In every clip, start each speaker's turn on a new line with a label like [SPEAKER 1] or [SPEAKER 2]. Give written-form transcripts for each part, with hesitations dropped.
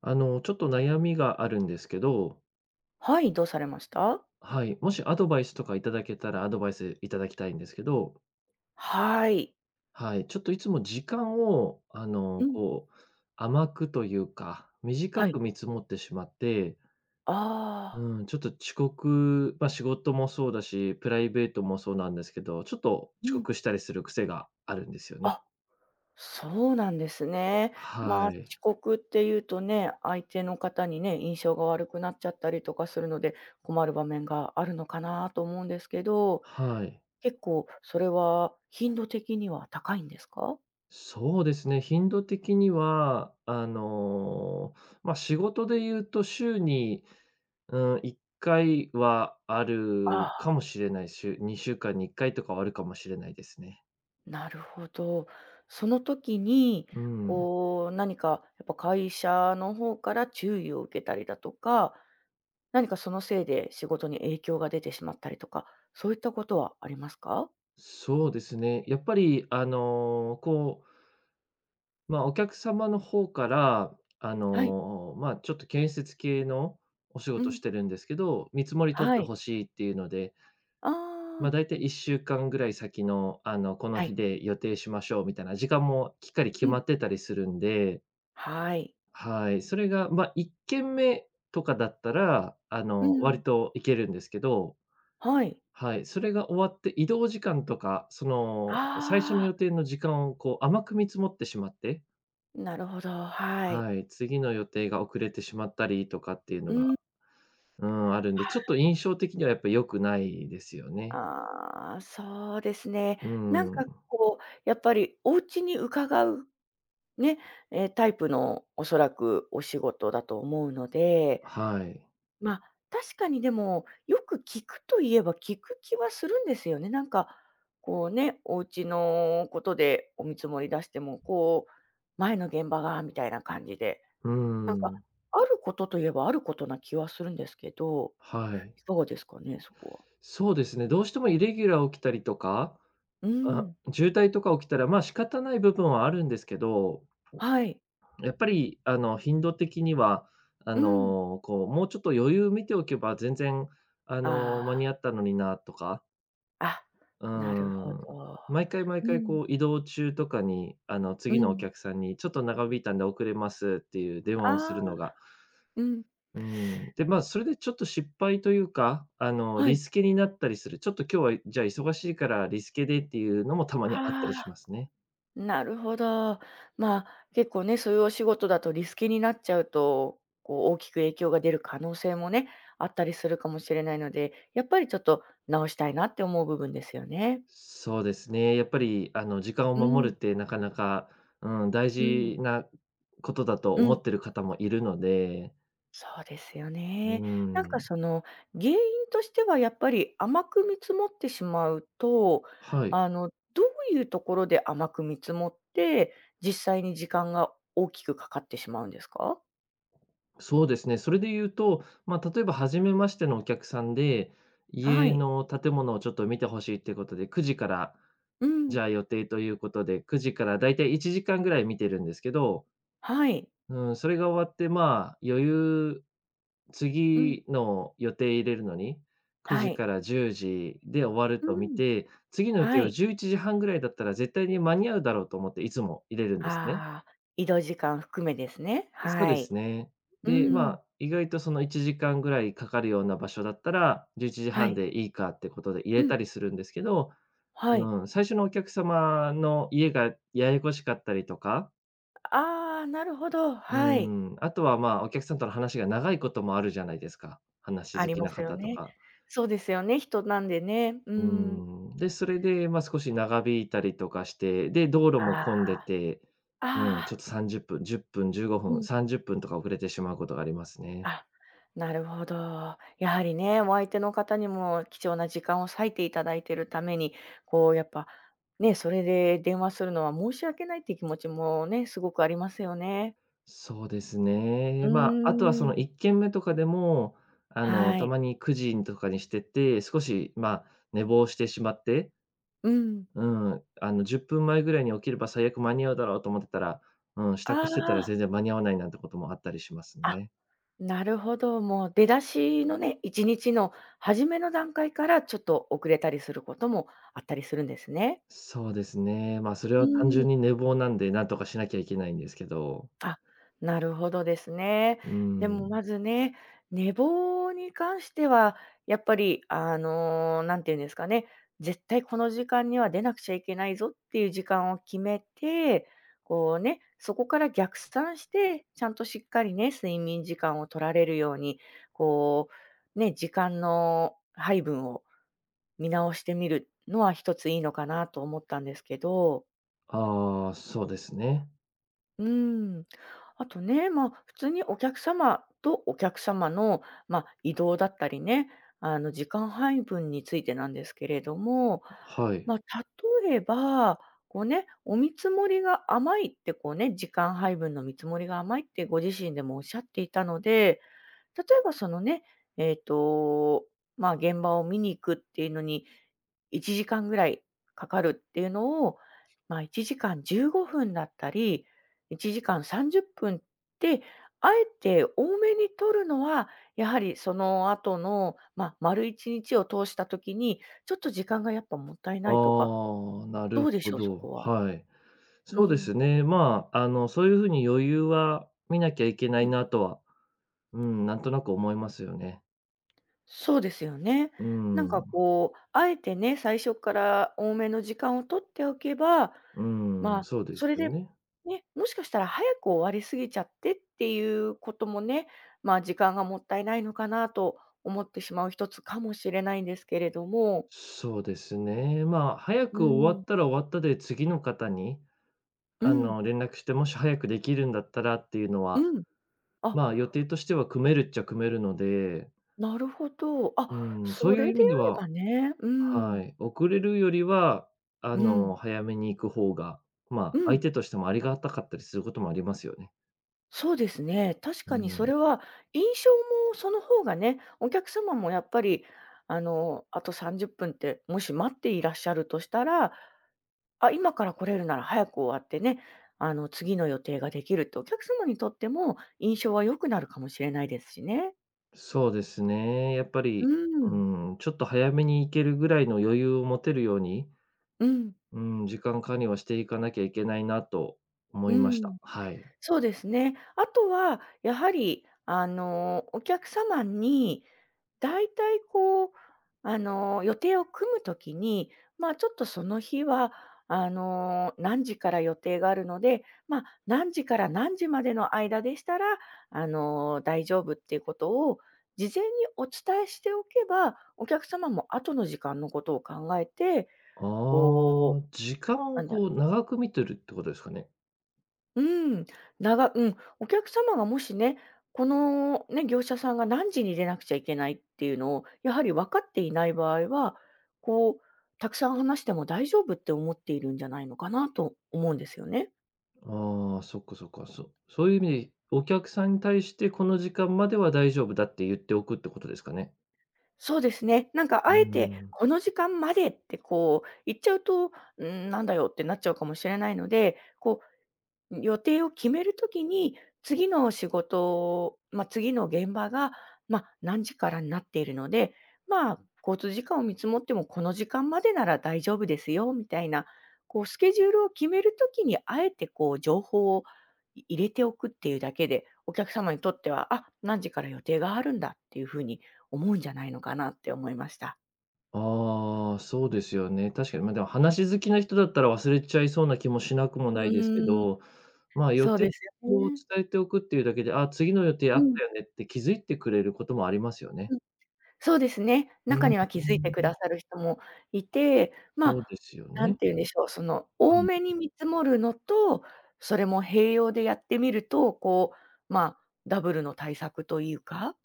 [SPEAKER 1] ちょっと悩みがあるんですけど、
[SPEAKER 2] はい、どうされました？
[SPEAKER 1] はい、もしアドバイスとかいただけたらアドバイスいただきたいんですけど、
[SPEAKER 2] はい。
[SPEAKER 1] はい、ちょっといつも時間を、
[SPEAKER 2] うん、
[SPEAKER 1] 甘くというか、短
[SPEAKER 2] はい。
[SPEAKER 1] く見積もってしまって、
[SPEAKER 2] ああ、
[SPEAKER 1] うん、ちょっと遅刻、仕事もそうだし、プライベートもそうなんですけど、ちょっと
[SPEAKER 2] う
[SPEAKER 1] 遅
[SPEAKER 2] ん。
[SPEAKER 1] 刻したりする癖があるんですよね。
[SPEAKER 2] あ、そうなんですね。
[SPEAKER 1] は
[SPEAKER 2] まあ、遅
[SPEAKER 1] い。
[SPEAKER 2] 刻っていうとね、相手の方にね、印象が悪くなっちゃったりとかするので、困る場面があるのかなと思うんですけど、
[SPEAKER 1] はい。
[SPEAKER 2] 結構それは頻度的には高いんですか？
[SPEAKER 1] そうですね、頻度的には、仕事で言うと週にうん、1回はあ
[SPEAKER 2] あ
[SPEAKER 1] るか
[SPEAKER 2] あ、
[SPEAKER 1] もしれないしゅ、にしゅ2週間に1回とかはあるかもしれないですね。
[SPEAKER 2] なるほど。その時に、
[SPEAKER 1] うん。
[SPEAKER 2] こう、何かやっぱ会社の方から注意を受けたりだとか、何かそのせいで仕事に影響が出てしまったりとか、そういったことはありますか？
[SPEAKER 1] そうですね。やっぱりお客様の方から、
[SPEAKER 2] はい。
[SPEAKER 1] ちょっと建設系のお仕
[SPEAKER 2] う
[SPEAKER 1] 事
[SPEAKER 2] ん。
[SPEAKER 1] してるんですけど、見積もり取っ
[SPEAKER 2] は
[SPEAKER 1] て
[SPEAKER 2] い。
[SPEAKER 1] ほしいっていうので、
[SPEAKER 2] ああ、
[SPEAKER 1] だいたい1週間ぐらい先の、この
[SPEAKER 2] は
[SPEAKER 1] 日
[SPEAKER 2] い。
[SPEAKER 1] で予定しましょうみたいな時間もきっかり
[SPEAKER 2] う
[SPEAKER 1] 決
[SPEAKER 2] ん。
[SPEAKER 1] まってたりするんで、
[SPEAKER 2] はい。
[SPEAKER 1] はい、それが、1軒目とかだったら、
[SPEAKER 2] うん。
[SPEAKER 1] 割と行けるんですけど、
[SPEAKER 2] はい。
[SPEAKER 1] はい、それが終わって移動時間とか、最初の
[SPEAKER 2] ああ、
[SPEAKER 1] 予定の時間をこう甘く見積もってしまって、
[SPEAKER 2] なるほど、はい。
[SPEAKER 1] はい、次の予定が遅れてしまったりとかっていう
[SPEAKER 2] う
[SPEAKER 1] のが、
[SPEAKER 2] ん。
[SPEAKER 1] うん、あるんで、ちょっと印象的にはやっぱ良くないですよね。
[SPEAKER 2] ああ、そうですね。
[SPEAKER 1] う
[SPEAKER 2] なんか
[SPEAKER 1] ん、
[SPEAKER 2] こう、やっぱりお家に伺うね、え、タイプのおそらくお仕事だと思うので、
[SPEAKER 1] はい。
[SPEAKER 2] ま、あ確かにでも、よく聞くといえば聞く気はするんですよね。なんか、こうね、お家のことでお見積もり出しても、こう、前の現場がみたいな感じで、
[SPEAKER 1] う
[SPEAKER 2] なんか、
[SPEAKER 1] ん、
[SPEAKER 2] あることといえばあることな気はするんですけど、
[SPEAKER 1] はい。
[SPEAKER 2] いかがですかね、そこは。
[SPEAKER 1] そうですね、どうしてもイレギュラー起きたりとか、
[SPEAKER 2] うー
[SPEAKER 1] あ、
[SPEAKER 2] ん、
[SPEAKER 1] 渋滞とか起きたら、仕方ない部分はあるんですけど、
[SPEAKER 2] はい。
[SPEAKER 1] やっぱり、頻度的には、
[SPEAKER 2] うん。
[SPEAKER 1] もうちょっと余裕見ておけば全然、
[SPEAKER 2] あ
[SPEAKER 1] 間に合ったのになとか、
[SPEAKER 2] あ、あ、
[SPEAKER 1] うー
[SPEAKER 2] なるほ
[SPEAKER 1] ん、
[SPEAKER 2] ど。
[SPEAKER 1] 毎回毎
[SPEAKER 2] う
[SPEAKER 1] 回、
[SPEAKER 2] ん、
[SPEAKER 1] 移動中とかに、
[SPEAKER 2] う
[SPEAKER 1] 次のお
[SPEAKER 2] ん。
[SPEAKER 1] 客さんに、ちょっと長引いたんで遅れますっていう電話をす
[SPEAKER 2] ああ、
[SPEAKER 1] るのが。
[SPEAKER 2] うん、
[SPEAKER 1] うで、それでちょっと失敗というか、
[SPEAKER 2] は
[SPEAKER 1] リ
[SPEAKER 2] い。
[SPEAKER 1] スケになったりする、ちょっと今日は、じゃあ、忙しいからリスケでっていうのもたまにあった
[SPEAKER 2] は
[SPEAKER 1] りし
[SPEAKER 2] あ。
[SPEAKER 1] ますね。
[SPEAKER 2] なるほど。まあ、結構ね、そういうお仕事だとリスケになっちゃうと、こう大きく影響が出る可能性もね、あったりするかもしれないので、やっぱりちょっと直したいなって思う部分ですよね。
[SPEAKER 1] そうですね。やっぱり、時間を
[SPEAKER 2] う
[SPEAKER 1] 守
[SPEAKER 2] ん、
[SPEAKER 1] るってなかなか、うん、大
[SPEAKER 2] うん、
[SPEAKER 1] 事なことだと
[SPEAKER 2] う
[SPEAKER 1] 思
[SPEAKER 2] ん。
[SPEAKER 1] ってる方もいるので、
[SPEAKER 2] そうですよ
[SPEAKER 1] う
[SPEAKER 2] ね。なんか
[SPEAKER 1] ん、
[SPEAKER 2] その、原因としてはやっぱり甘く見積もってしまうと、
[SPEAKER 1] はい。
[SPEAKER 2] あの、どういうところで甘く見積もって、実際に時間が大きくかかってしまうんですか？
[SPEAKER 1] そうですね。それで言うと、例えば初めましてのお客さんで、
[SPEAKER 2] は
[SPEAKER 1] 家
[SPEAKER 2] い。
[SPEAKER 1] の建物をちょっと見てほしいってことで、9時から、
[SPEAKER 2] うん。
[SPEAKER 1] じゃあ予定ということで、9時からだいたい1時間ぐらい見てるんですけど
[SPEAKER 2] はい。
[SPEAKER 1] うん、それが終わって、
[SPEAKER 2] うん。
[SPEAKER 1] 次の予定入れるのに、9
[SPEAKER 2] は
[SPEAKER 1] 時
[SPEAKER 2] い。
[SPEAKER 1] から10時で終わる
[SPEAKER 2] う
[SPEAKER 1] と見
[SPEAKER 2] ん。
[SPEAKER 1] て、次の予
[SPEAKER 2] は
[SPEAKER 1] 定を
[SPEAKER 2] い。
[SPEAKER 1] 11時半ぐらいだったら絶対に間に合うだろうと思っていつも入れるんですね。
[SPEAKER 2] ああ、移動時間含めですね。
[SPEAKER 1] そう
[SPEAKER 2] は
[SPEAKER 1] です
[SPEAKER 2] い。
[SPEAKER 1] ね。
[SPEAKER 2] う
[SPEAKER 1] で、
[SPEAKER 2] ん。
[SPEAKER 1] 意外とその1時間ぐらいかかるような場所だったら、11時
[SPEAKER 2] は
[SPEAKER 1] 半
[SPEAKER 2] い。
[SPEAKER 1] でいいかってことで入
[SPEAKER 2] う
[SPEAKER 1] れ
[SPEAKER 2] ん。
[SPEAKER 1] たりするんですけど、
[SPEAKER 2] はい。
[SPEAKER 1] うん、最初のお客様の家がややこしかったりとか
[SPEAKER 2] ああ、なるほど。
[SPEAKER 1] う
[SPEAKER 2] はい。
[SPEAKER 1] ーあとは、お客さんとの話が長いこともあるじゃないですか。話
[SPEAKER 2] あ
[SPEAKER 1] 好
[SPEAKER 2] り
[SPEAKER 1] き
[SPEAKER 2] ま
[SPEAKER 1] な
[SPEAKER 2] すよ
[SPEAKER 1] 方と
[SPEAKER 2] ね。
[SPEAKER 1] か。
[SPEAKER 2] そうですよね、人なんでね。う
[SPEAKER 1] う
[SPEAKER 2] ん。
[SPEAKER 1] ーん。で、それで、少し長引いたりとかして、で、道路も
[SPEAKER 2] ああ、
[SPEAKER 1] 混んでて、
[SPEAKER 2] あ
[SPEAKER 1] うん、ちょっ
[SPEAKER 2] あ。
[SPEAKER 1] と30分、10分、15
[SPEAKER 2] う
[SPEAKER 1] 分、
[SPEAKER 2] ん。
[SPEAKER 1] 30分とか遅れてしまうことがありますね。
[SPEAKER 2] あ、なるほど。やはりね、お相手の方にも貴重な時間を割いていただいているために、こうやっぱ、ね、それで電話するのは申し訳ないっていう気持ちもね、すごくありますよね。
[SPEAKER 1] そうです
[SPEAKER 2] う
[SPEAKER 1] ね。あとはそ
[SPEAKER 2] ーん。
[SPEAKER 1] の1軒目とかでも、
[SPEAKER 2] は
[SPEAKER 1] た
[SPEAKER 2] い。
[SPEAKER 1] まに9時とかにしてて、少し、寝坊してしまって、
[SPEAKER 2] うん。
[SPEAKER 1] う10分前ぐらいに起きれば最悪間に合うだろうと思ってたら、うん、支
[SPEAKER 2] あ
[SPEAKER 1] 度してたら
[SPEAKER 2] あ、
[SPEAKER 1] 全然間に合わないなんてこともあったりします
[SPEAKER 2] あ、
[SPEAKER 1] ね。
[SPEAKER 2] なるほど。もう出だしのね、1日の初めの段階からちょっと遅れたりすることもあったりするんですね。
[SPEAKER 1] そうですね。それ
[SPEAKER 2] う
[SPEAKER 1] は単
[SPEAKER 2] ん。
[SPEAKER 1] 純に寝坊なんで、なんとかしなきゃいけないんですけど。
[SPEAKER 2] あ、なるほどですね。
[SPEAKER 1] う
[SPEAKER 2] でも
[SPEAKER 1] ん。
[SPEAKER 2] まずね、寝坊に関しては、やっぱり、あの、なんていうんですかね、絶対この時間には出なくちゃいけないぞっていう時間を決めて、こうね、そこから逆算して、ちゃんとしっかりね、睡眠時間を取られるように、こう、ね、時間の配分を見直してみるのは一ついいのかなと思ったんですけど。
[SPEAKER 1] ああ、そうですね。
[SPEAKER 2] うん。あとね、まあ、普通にお客様とお客様の、まあ、移動だったりね、あの、時間配分についてなんですけれども、
[SPEAKER 1] はい。
[SPEAKER 2] まあ、例えば、こうね、お見積もりが甘いってこうね、時間配分の見積もりが甘いってご自身でもおっしゃっていたので、例えばそのね、えっと、まあ、現場を見に行くっていうのに1時間ぐらいかかるっていうのを、まあ、1時間15分だったり、1時間30分っぷんって、あえて多めに取るのは、やはりその後の、ま、丸1日を通した時に、ちょっと時間がやっぱもったいないとか、
[SPEAKER 1] ああ、な
[SPEAKER 2] ど
[SPEAKER 1] る
[SPEAKER 2] うでし
[SPEAKER 1] ほ
[SPEAKER 2] ょう、そ
[SPEAKER 1] ど、
[SPEAKER 2] こは？
[SPEAKER 1] はい。そうですね、そういう風に余裕は見なきゃいけな
[SPEAKER 2] う
[SPEAKER 1] い
[SPEAKER 2] ん。
[SPEAKER 1] なとは、うん、なんとなく思いますよね。
[SPEAKER 2] そうですよね。
[SPEAKER 1] う
[SPEAKER 2] なんか
[SPEAKER 1] ん、
[SPEAKER 2] こう、あえてね、最初から多めの時間を取っておけば、
[SPEAKER 1] う
[SPEAKER 2] ま
[SPEAKER 1] ん、
[SPEAKER 2] あ、
[SPEAKER 1] そうで
[SPEAKER 2] そ
[SPEAKER 1] す
[SPEAKER 2] れ
[SPEAKER 1] よ
[SPEAKER 2] で、
[SPEAKER 1] ね。
[SPEAKER 2] ね、もしかしたら早く終わりすぎちゃってっていうこともね、まあ、時間がもったいないのかなと思ってしまう一つかもしれないんですけれども。
[SPEAKER 1] そうですね。早
[SPEAKER 2] う
[SPEAKER 1] く終わ
[SPEAKER 2] ん、
[SPEAKER 1] ったら終わったで、次の方に、
[SPEAKER 2] うん、
[SPEAKER 1] 連絡して、もし早くできるんだったらっていうの
[SPEAKER 2] う
[SPEAKER 1] は、
[SPEAKER 2] ん。あ、
[SPEAKER 1] 予定としては組めるっちゃ組めるので、
[SPEAKER 2] なるほど。あ、
[SPEAKER 1] うそ
[SPEAKER 2] そ
[SPEAKER 1] ういう
[SPEAKER 2] れ
[SPEAKER 1] 意
[SPEAKER 2] で
[SPEAKER 1] 味で
[SPEAKER 2] あれ
[SPEAKER 1] は、
[SPEAKER 2] ばね。うん、
[SPEAKER 1] はい、遅れるよりは、
[SPEAKER 2] うん、
[SPEAKER 1] 早めに行く方が、
[SPEAKER 2] う
[SPEAKER 1] 相
[SPEAKER 2] ん。
[SPEAKER 1] 手としてもありがたかったりすることもありますよね。
[SPEAKER 2] そうですね。確
[SPEAKER 1] う
[SPEAKER 2] かにそ
[SPEAKER 1] ん、
[SPEAKER 2] れは印象もその方がね、お客様もやっぱり、あの、あと30分っぷんってもし待っていらっしゃるとしたら、あ、今から来れるなら早く終わってね、あの、次の予定ができるってお客様にとっても印象は良くなるかもしれないですしね。
[SPEAKER 1] そうですね。やっぱ
[SPEAKER 2] う
[SPEAKER 1] り、う
[SPEAKER 2] ん、
[SPEAKER 1] ん、ちょっと早めに行けるぐらいの余裕を持てるように、
[SPEAKER 2] うん、
[SPEAKER 1] うん、時間管理はしていかなきゃいけないなと思
[SPEAKER 2] う
[SPEAKER 1] いまし
[SPEAKER 2] ん。
[SPEAKER 1] た。はい。
[SPEAKER 2] そうですね。あとは、やはり、あの、お客様に大体こう、あの、予定を組むときに、まあ、ちょっとその日は、あの、何時から予定があるので、ま、何時から何時までの間でしたら、あの、大丈夫っていうことを事前にお伝えしておけば、お客様も後の時間のことを考えて、
[SPEAKER 1] あ
[SPEAKER 2] こう、
[SPEAKER 1] あ、時間を
[SPEAKER 2] なんだ
[SPEAKER 1] こう長く見てるってことですかね。
[SPEAKER 2] うん、ながうん、お客様がもしね、このね、業者さんが何時に出なくちゃいけないっていうのを、やはり分かっていない場合は、こう、たくさん話しても大丈夫って思っているんじゃないのかなと思うんですよね。
[SPEAKER 1] ああ、そっかそっか。そういう意味で、お客さんに対してこの時間までは大丈夫だって言っておくってことですかね。
[SPEAKER 2] そうですね。なんか
[SPEAKER 1] う
[SPEAKER 2] あえて、
[SPEAKER 1] ん。
[SPEAKER 2] この時間までってこう、言っちゃうと、うん、なんだよってなっちゃうかもしれないので、こう、予定を決めるときに、次の仕事、まあ、次の現場が、まあ、何時からになっているので、まあ、交通時間を見積もってもこの時間までなら大丈夫ですよみたいな、こうスケジュールを決めるときにあえてこう情報を入れておくっていうだけで、お客様にとっては、あ、何時から予定があるんだっていうふうに思うんじゃないのかなって思いました。
[SPEAKER 1] ああ、そうですよね。確かに、でも話好きな人だったら忘れちゃいそうな気もしなくもな
[SPEAKER 2] う
[SPEAKER 1] いですけ
[SPEAKER 2] ーん、
[SPEAKER 1] ど、予
[SPEAKER 2] そう
[SPEAKER 1] 定
[SPEAKER 2] ですよ
[SPEAKER 1] を
[SPEAKER 2] ね。
[SPEAKER 1] 伝えておくっていうだけで、あ、次の予定あったよねって気づいてくれることもありますよね。
[SPEAKER 2] うん。そうですね。
[SPEAKER 1] う
[SPEAKER 2] 中
[SPEAKER 1] ん、
[SPEAKER 2] には気づいてくださる人もいて、ま
[SPEAKER 1] そうで
[SPEAKER 2] あ、
[SPEAKER 1] すよ
[SPEAKER 2] 何
[SPEAKER 1] ね。
[SPEAKER 2] て言うんでしょう、その、多めに見積もるのと、それも併用でやってみると、こう、まあ、ダブルの対策というか。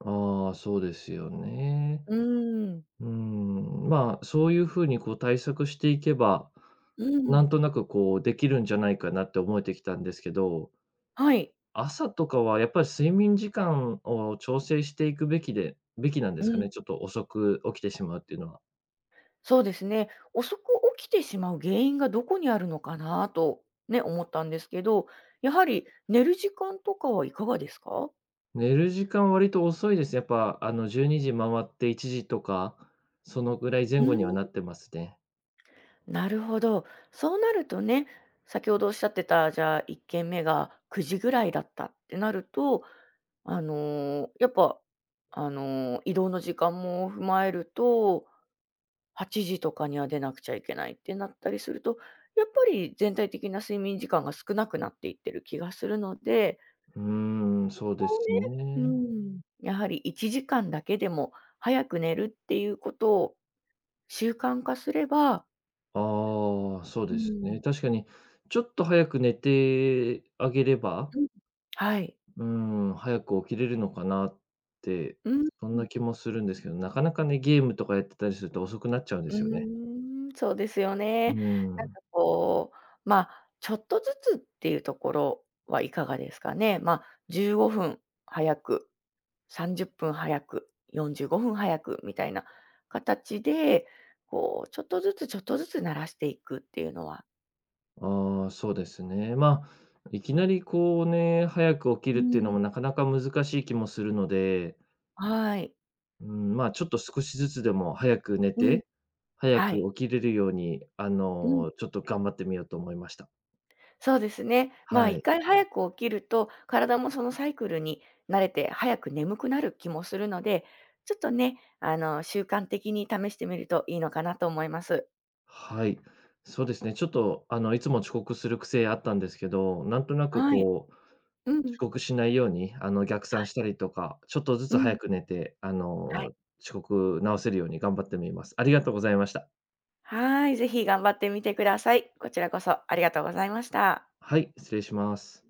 [SPEAKER 1] ああー、そうですよね。
[SPEAKER 2] うーん。
[SPEAKER 1] そういう風にこう対策していけば、
[SPEAKER 2] う
[SPEAKER 1] な
[SPEAKER 2] ん。
[SPEAKER 1] んとなくこうできるんじゃないかなって思えてきたんですけど、
[SPEAKER 2] はい。
[SPEAKER 1] 朝とかはやっぱり睡眠時間を調整していくべきなんで
[SPEAKER 2] う
[SPEAKER 1] すか
[SPEAKER 2] ん。
[SPEAKER 1] ね？ちょっと遅く起きてしまうっていうのは。
[SPEAKER 2] そうですね。遅く起きてしまう原因がどこにあるのかなとね、思ったんですけど、やはり寝る時間とかはいかがですか？
[SPEAKER 1] 寝る時間割と遅いです。やっぱ12時回って1時とか、そのぐらい前
[SPEAKER 2] う
[SPEAKER 1] 後に
[SPEAKER 2] ー
[SPEAKER 1] はなっ
[SPEAKER 2] ん。
[SPEAKER 1] てますね。
[SPEAKER 2] なるほど。そうなるとね、先ほどおっしゃってた、じゃあ、1件目が9時ぐらいだったってなると、あの、やっぱ、あの、移動の時間も踏まえると、8時とかには出なくちゃいけないってなったりすると、やっぱり全体的な睡眠時間が少なくなっていってる気がするので、
[SPEAKER 1] そうで
[SPEAKER 2] こ
[SPEAKER 1] す
[SPEAKER 2] うね、う
[SPEAKER 1] ね。
[SPEAKER 2] ん、やはり1時間だけでも早く寝るっていうことを習慣化すれば、
[SPEAKER 1] ああ、そう
[SPEAKER 2] う
[SPEAKER 1] です
[SPEAKER 2] ん、
[SPEAKER 1] ね。確かに、ちょっと早く寝てあげれば、
[SPEAKER 2] うん、はい。
[SPEAKER 1] う早く起きれるのかなって、
[SPEAKER 2] うん。
[SPEAKER 1] そんな気もするんですけど、なかなかね、ゲームとかやってたりすると遅くなっちゃうんで
[SPEAKER 2] う
[SPEAKER 1] すよね。
[SPEAKER 2] ーん、そうですよね。
[SPEAKER 1] う
[SPEAKER 2] なん
[SPEAKER 1] ん。
[SPEAKER 2] かこう、まあ、ちょっとずつっていうところはいかがですかね。まあ、15分早く、30分早く、45分早くみたいな形で、こう、ちょっとずつちょっとずつ慣らしていくっていうのは、
[SPEAKER 1] ああ、そうですね。いきなりこうね、早く起き
[SPEAKER 2] う
[SPEAKER 1] るっていうの
[SPEAKER 2] ん。
[SPEAKER 1] もなかなか難しい気もするので、
[SPEAKER 2] はい。
[SPEAKER 1] ちょっと少しずつでも早く寝
[SPEAKER 2] うん。
[SPEAKER 1] て、早
[SPEAKER 2] はい。
[SPEAKER 1] く起きれるように、
[SPEAKER 2] うん。
[SPEAKER 1] ちょっと頑張ってみようと思いました。
[SPEAKER 2] そうですね。まあ、
[SPEAKER 1] は
[SPEAKER 2] 1
[SPEAKER 1] い。
[SPEAKER 2] 回早く起きると、体もそのサイクルに慣れて、早く眠くなる気もするので、ちょっとね、あの、習慣的に試してみるといいのかなと思います。
[SPEAKER 1] はい。そうですね、ちょっと、いつも遅刻する癖あったんですけど、なんとなく
[SPEAKER 2] はい。う
[SPEAKER 1] 遅
[SPEAKER 2] ん。
[SPEAKER 1] 刻しないように、逆
[SPEAKER 2] は
[SPEAKER 1] 算
[SPEAKER 2] い。
[SPEAKER 1] したりとか、ちょっとず
[SPEAKER 2] う
[SPEAKER 1] つ早
[SPEAKER 2] ん。
[SPEAKER 1] く寝て、
[SPEAKER 2] はい。
[SPEAKER 1] 遅刻直せるように頑張ってみます。ありがとうございました。
[SPEAKER 2] はい、ぜひ頑張ってみてください。こちらこそありがとうございました。
[SPEAKER 1] はい、失礼します。